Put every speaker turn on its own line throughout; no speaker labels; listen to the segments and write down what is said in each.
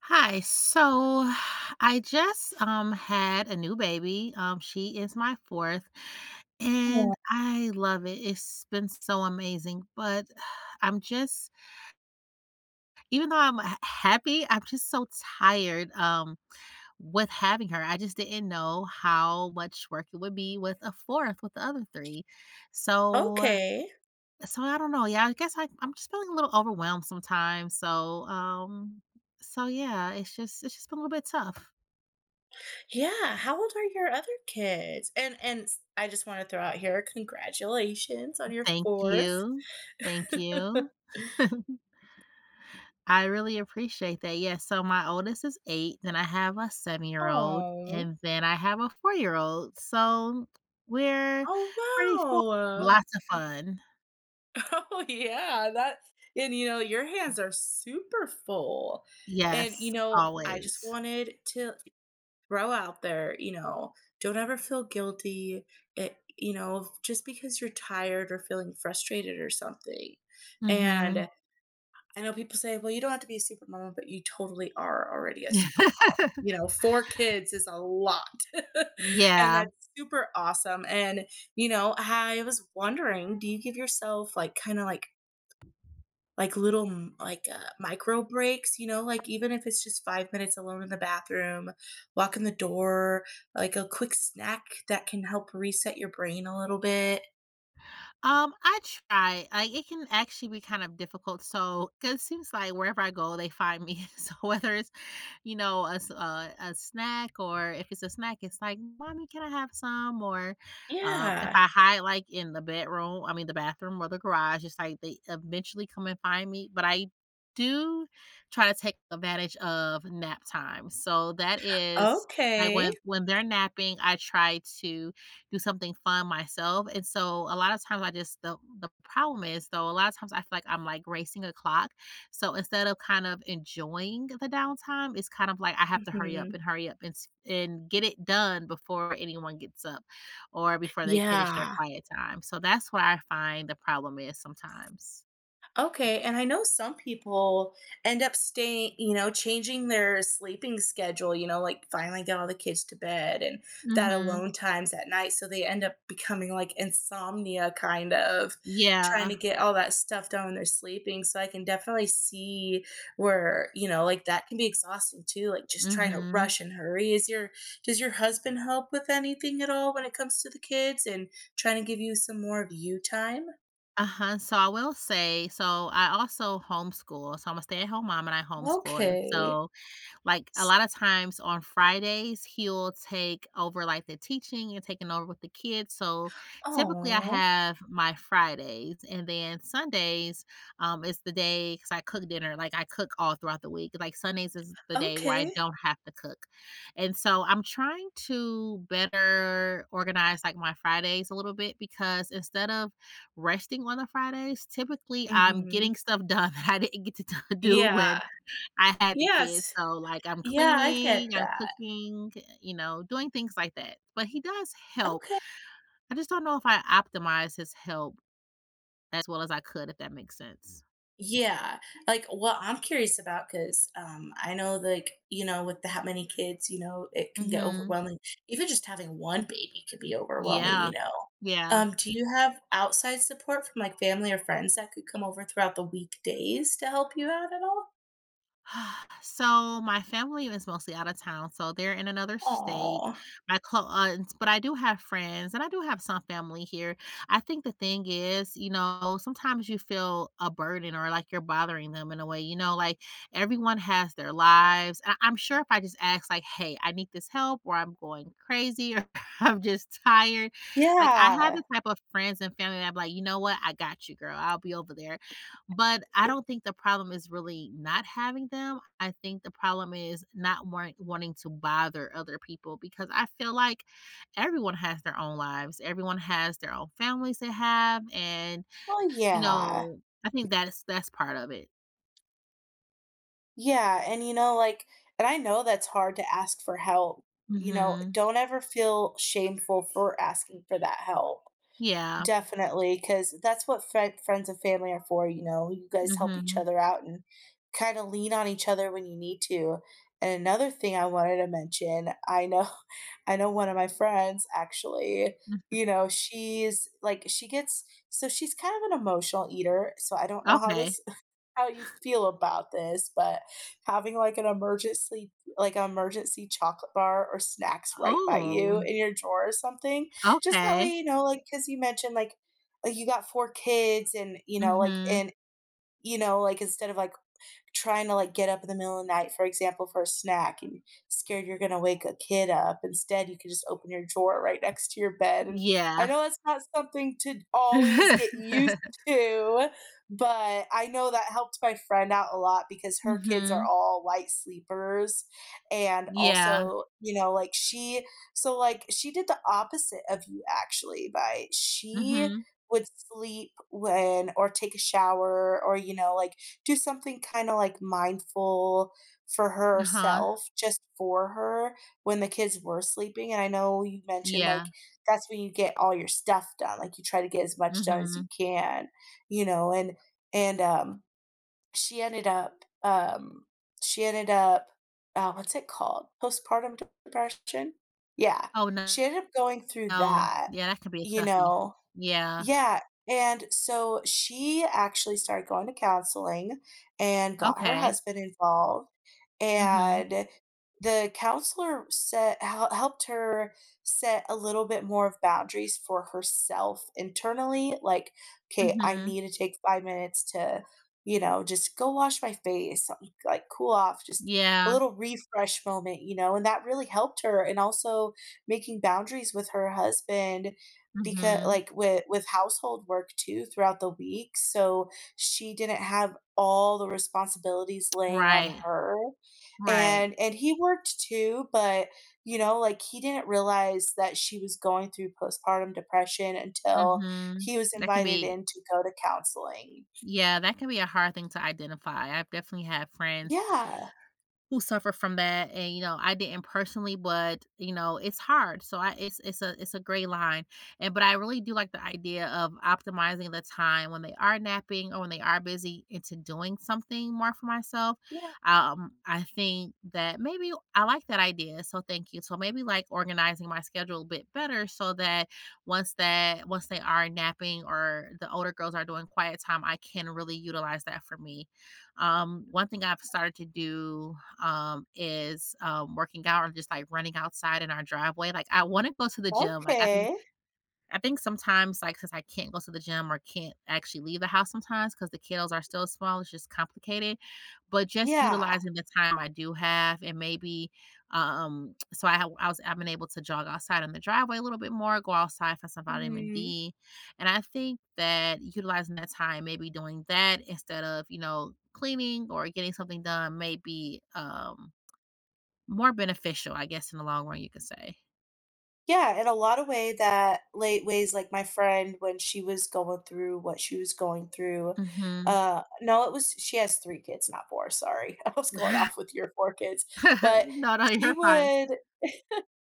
Hi. I just had a new baby. She is my fourth
Oh,
and I love it. It's been so amazing, but I'm just even though I'm happy, I'm just so tired with having her. I just didn't know how much work it would be with a fourth with the other three. So
okay.
so I don't know. Yeah, I guess I'm just feeling a little overwhelmed sometimes. Um so yeah, it's just been a little bit tough.
Yeah, how old are your other kids? And s I just wanna throw out here, congratulations on your
Thank
4th.
you. Thank you. I really appreciate that. Yes, so my oldest is 8, then I have a seven-year-old,
Oh.
and then I have a four-year-old, so we're
Oh,
pretty full.
wow.
Lots of fun.
Oh, yeah, that and, you know, your hands are super full. And, you
Yes,
know, I just
always.
wanted to throw out there, don't ever feel guilty, It. Just because you're tired or feeling frustrated or something.
Mhm.
And I know people say, "Well, you don't have to be a super mom, but you totally are already a super mom. You know, 4 kids is a lot, and
Yeah.
that's super awesome, and, I was wondering, do you give yourself, like, kinda like little m like, micro breaks, you know, like, even if it's just 5 minutes alone in the bathroom, walk in the door, like a quick snack that can help reset your brain a little bit?
I try. Like, it can actually be kind of difficult, so 'cause it seems like wherever I go, they find me. So whether it's you know, a snack, or if it's a snack, it's like, "Mommy, can I have some?" Or, if
Yeah.
I hide, like, in the the bathroom or the garage, it's like they eventually come and find me, but I do try to take advantage of nap time, so that is like,
Okay.
when they're napping, I try to do something fun myself, and so a lot of times I just the problem is, though, a lot of times I feel like I'm, like, racing a clock, so instead of kind of enjoying the downtime, it's kind of like I have to hurry up
Mhm.
and get it done before anyone gets up or before they finish their
Yeah.
quiet time. So that's what I find the problem is sometimes.
Okay, and I know some people end up staying, you know, changing their sleeping schedule, you know, like finally get all the kids to bed and that
Mhm.
alone times at night. So they end up becoming like insomnia, kind of trying
Yeah.
to get all that stuff done when they're sleeping. So I can definitely see where, you know, like that can be exhausting too, like just trying to
Mhm.
rush and hurry. Does your husband help with anything at all when it comes to the kids and trying to give you some more of you time?
Uh-huh. I will say, so I also homeschool. So I'm a stay-at-home mom and I homeschool. And
Okay.
so like, a lot of times on Fridays, he'll take over, like, the teaching and taking over with the kids, so, typically, I
Oh.
have my Fridays, and then Sundays, is the day because I cook dinner, like, I cook all throughout the week, like, Sundays is the day where I
Okay.
don't have to cook, and so I'm trying to better organize, like, my Fridays a little bit because instead of resting on the Fridays, typically, I'm
Mhm.
getting stuff done that I didn't get to do
Yeah.
when I had the kids,
Yes.
so, like, I'm
Yeah, I get
cleaning, I'm
that.
cooking, you know, doing things like that, but he does help.
Okay.
I just don't know if I optimize his help as well as I could, if that makes sense.
Yeah. Like, well, I'm curious about, because I know, with that many kids, you know, it can get
Mhm.
overwhelming. Even just having 1 baby could be overwhelming, you
Yeah.
know?
Yeah.
Do you have outside support from, like, family or friends that could come over throughout the weekdays to help you out at all?
So my family is mostly out of town, so they're in another state.
Oh.
My clo But I do have friends and I do have some family here. I think the thing is, you know, sometimes you feel a burden or like you're bothering them in a way, you know, like everyone has their lives. And I'm sure if I just ask, like, hey, I need this help, or I'm going crazy, or I'm just tired. Like I have
Yeah.
the type of friends and family that I'm like, you know what, I got you, girl. I'll be over there, but I don't think the problem is really not having them. I think the problem is not want wanting to bother other people because I feel like everyone has their own lives. Everyone has their own families they have, and
Well,
you
yeah.
know, I think that's part of it.
Yeah, and I know that's hard to ask for help. You know,
Mhm.
don't ever feel shameful for asking for that help.
Yeah.
Definitely, because that's what friends and family are for. You know, you guys help each
Mhm.
other out and kind of lean on each other when you need to. And another thing I wanted to mention, I know, I know one of my friends actually,
Mm.
you know, she's like, she gets, so she's kind of an emotional eater. So I don't know
Okay.
how you feel about this, but having like an emergency chocolate bar or snacks right by you
Oh,
in your drawer or something. Just that way,
okay.
because you mentioned you got 4 kids and, you know, like
Mhm.
and you know, like instead of like trying to get up in the middle of the night, for example, for a snack and scared you're going to wake a kid up. Instead, you can just open your drawer right next to your bed. And I
Yeah.
know that's not something to always get used to, but I know that helped my friend out a lot because her kids are
Mhm.
all light sleepers. And
Yeah.
also, so like she did the opposite of you actually by she
Mhm.
would sleep when or take a shower or do something mindful for
Uh-huh.
herself, just for her, when the kids were sleeping, and I know you mentioned, like,
Yeah.
that's when you get all your stuff done, like, you try to get as much done as you
Mhm.
can, you know, and and, um, she ended up, um she ended up what's it called? Postpartum depression? Yeah.
Oh, no.
She ended up going through
No.
that,
Yeah, that can be a
you
toughie.
know?
Yeah.
Yeah, and so she actually started going to counseling and got her
Okay.
husband involved,
Mhm.
and the counselor helped her set a little bit more of boundaries for herself internally like okay, I
Mhm.
need to take 5 minutes to just go wash my face, like cool off, just a
Yeah.
little refresh moment, and that really helped her and also making boundaries with her husband because
Mhm.
with household work too throughout the week so she didn't have all the responsibilities laying on
Right.
her
Right.
and he worked too, but, he didn't realize that she was going through postpartum depression until
Mhm.
he was
That can
invited
be
in to go to counseling.
Yeah, that can be a hard thing to identify. I've definitely had friends
Yeah,
who suffer from that, and you know, I didn't personally, but you know, it's hard. So I It's it's a gray line, and but I really do like the idea of optimizing the time when they are napping or when they are busy into doing something more for myself.
yeah,
I think that maybe I like that idea, so thank you. So maybe like organizing my schedule a bit better so that once they are napping or the older girls are doing quiet time, I can really utilize that for me. One thing I've started to do, working out or just, like, running outside in our driveway. Like, I wanna go to the gym.
okay.
I think sometimes, like, since I can't go to the gym or can't actually leave the house sometimes because the kiddos are still small, it's just complicated. But just
Yeah.
utilizing the time I do have, and maybe, so I have I was I've been able to jog outside in the driveway a little bit more, go outside for some vitamin
Mhm.
D, and I think that utilizing that time, maybe doing that instead of, you know, cleaning or getting something done maybe. um More beneficial, I guess, in the long run, you could say.
Yeah, in a lot of way that late ways, like, my friend, when she was going through what she was going through,
Mhm.
no, it was, she has 3 kids, not 4, sorry. I was going off with your 4 kids, but
No, no,
she
you're fine.
would.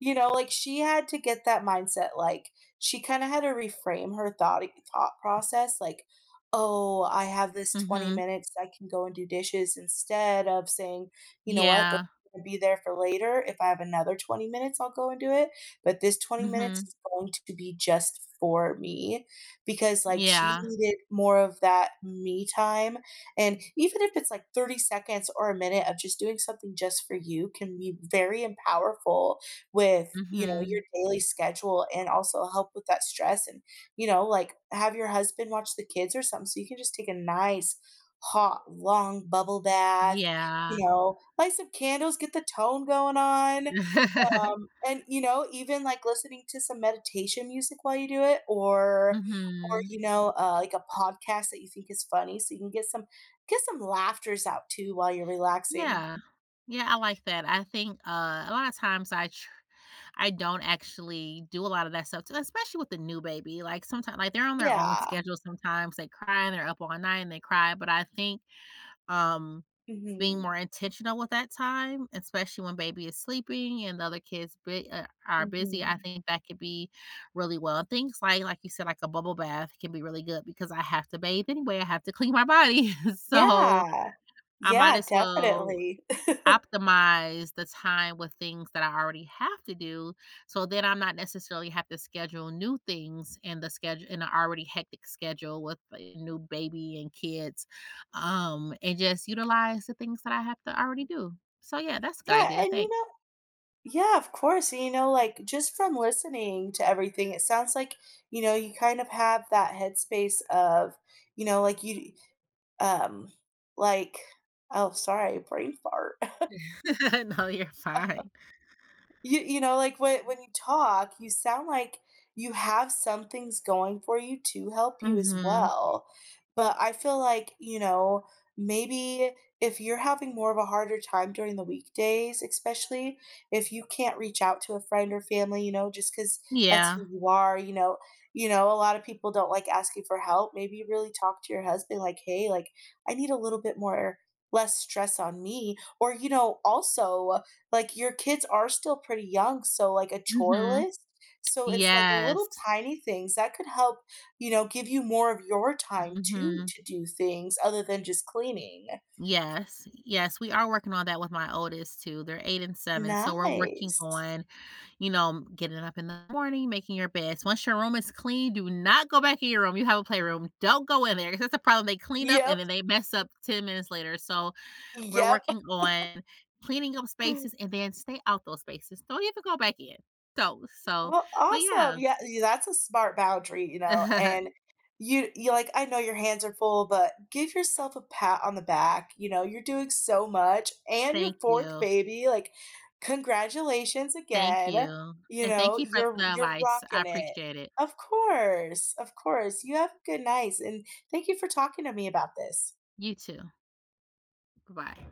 You know, like, she had to get that mindset, like, she kinda had to reframe her thought process, like, "Oh, I have this 20
Mhm.
minutes, I can go and do dishes," instead of saying, "You know what? Those
Yeah.
are gonna be there for later. If I have another 20 minutes, I'll go and do it, but this 20 minutes
Mhm.
is going to be just for me," because, like, she
Yeah.
needed more of that me time, and even if it's, like, 30 seconds or a minute of just doing something just for you can be very empowerful with, you know, your
Mhm.
daily schedule and also help with that stress and, have your husband watch the kids or something so you can just take a nice, hot, long bubble bath,
Yeah.
you know, light some candles, get the tone going on, and, you know, even, like, listening to some meditation music while you do it or,
Mhm.
like, a podcast that you think is funny so you can get some laughters out too while you're relaxing.
Yeah. Yeah, I like that. I think, a lot of times I don't actually do a lot of that stuff too, especially with the new baby, like, sometimes, like, they're on their own
Yeah.
schedule sometimes, they cry and they're up all night and they cry. But I think, um being
Mhm.
more intentional with that time, especially when baby is sleeping and the other kids bu are busy, I
Mhm.
think that could be really well. Things like you said, like a bubble bath can be really good because I have to bathe anyway, I have to clean my body, so
Yeah.
I might
Yeah,
as well
definitely.
optimize the time with things that I already have to do. So then I'm not necessarily have to schedule new things in the schedule in an already hectic schedule with a new baby and kids. And just utilize the things that I have to already do. So yeah, that's a good
Yeah,
idea.
and you
Thanks.
know yeah, of course, and just from listening to everything, it sounds like, you know, you kind of have that headspace of, you know, like, you um, like oh, sorry, brain fart.
No, you're fine.
You know, like, when you talk, you sound like you have some things going for you to help you as
Mhm.
well, but I feel like, you know, maybe if you're having more of a harder time during the weekdays, especially if you can't reach out to a friend or family, just because that's
Yeah.
who you are, you know, a lot of people don't like asking for help. Maybe you really talk to your husband like, "Hey, like, I need a little bit more less stress on me," or, you know, also, like, your kids are still pretty young, so, like, a chore
Mhm.
list? So it's, like,
Yes.
little tiny things that could help, you know, give you more of your time too
Mhm.
to do things other than just cleaning.
Yes. Yes, we are working on that with my oldest too. They're 8 and 7, so we're working
Nice.
on you know, getting up in the morning, making your beds. Once your room is clean, do not go back in your room. You have a playroom. Don't go in there 'cause that's the problem. They clean up and
Yep,
then they mess up 10 minutes later. So we're
yep.
working on cleaning up spaces and then stay out those spaces. Don't even go back in. Don't. So,
Well,
but
awesome.
yeah.
Yeah, y that's a smart boundary, you know, and I know your hands are full, but give yourself a pat on the back, you know, you're doing so much and your
Thank
4th
you.
baby, like, congratulations
Thank
again,
you.
you
And thank
know,
you for
you're
the
you're
advice. I
rocking it.
appreciate it.
Of course, you have a good nights, and thank you for talking to me about this.
You too. Bye.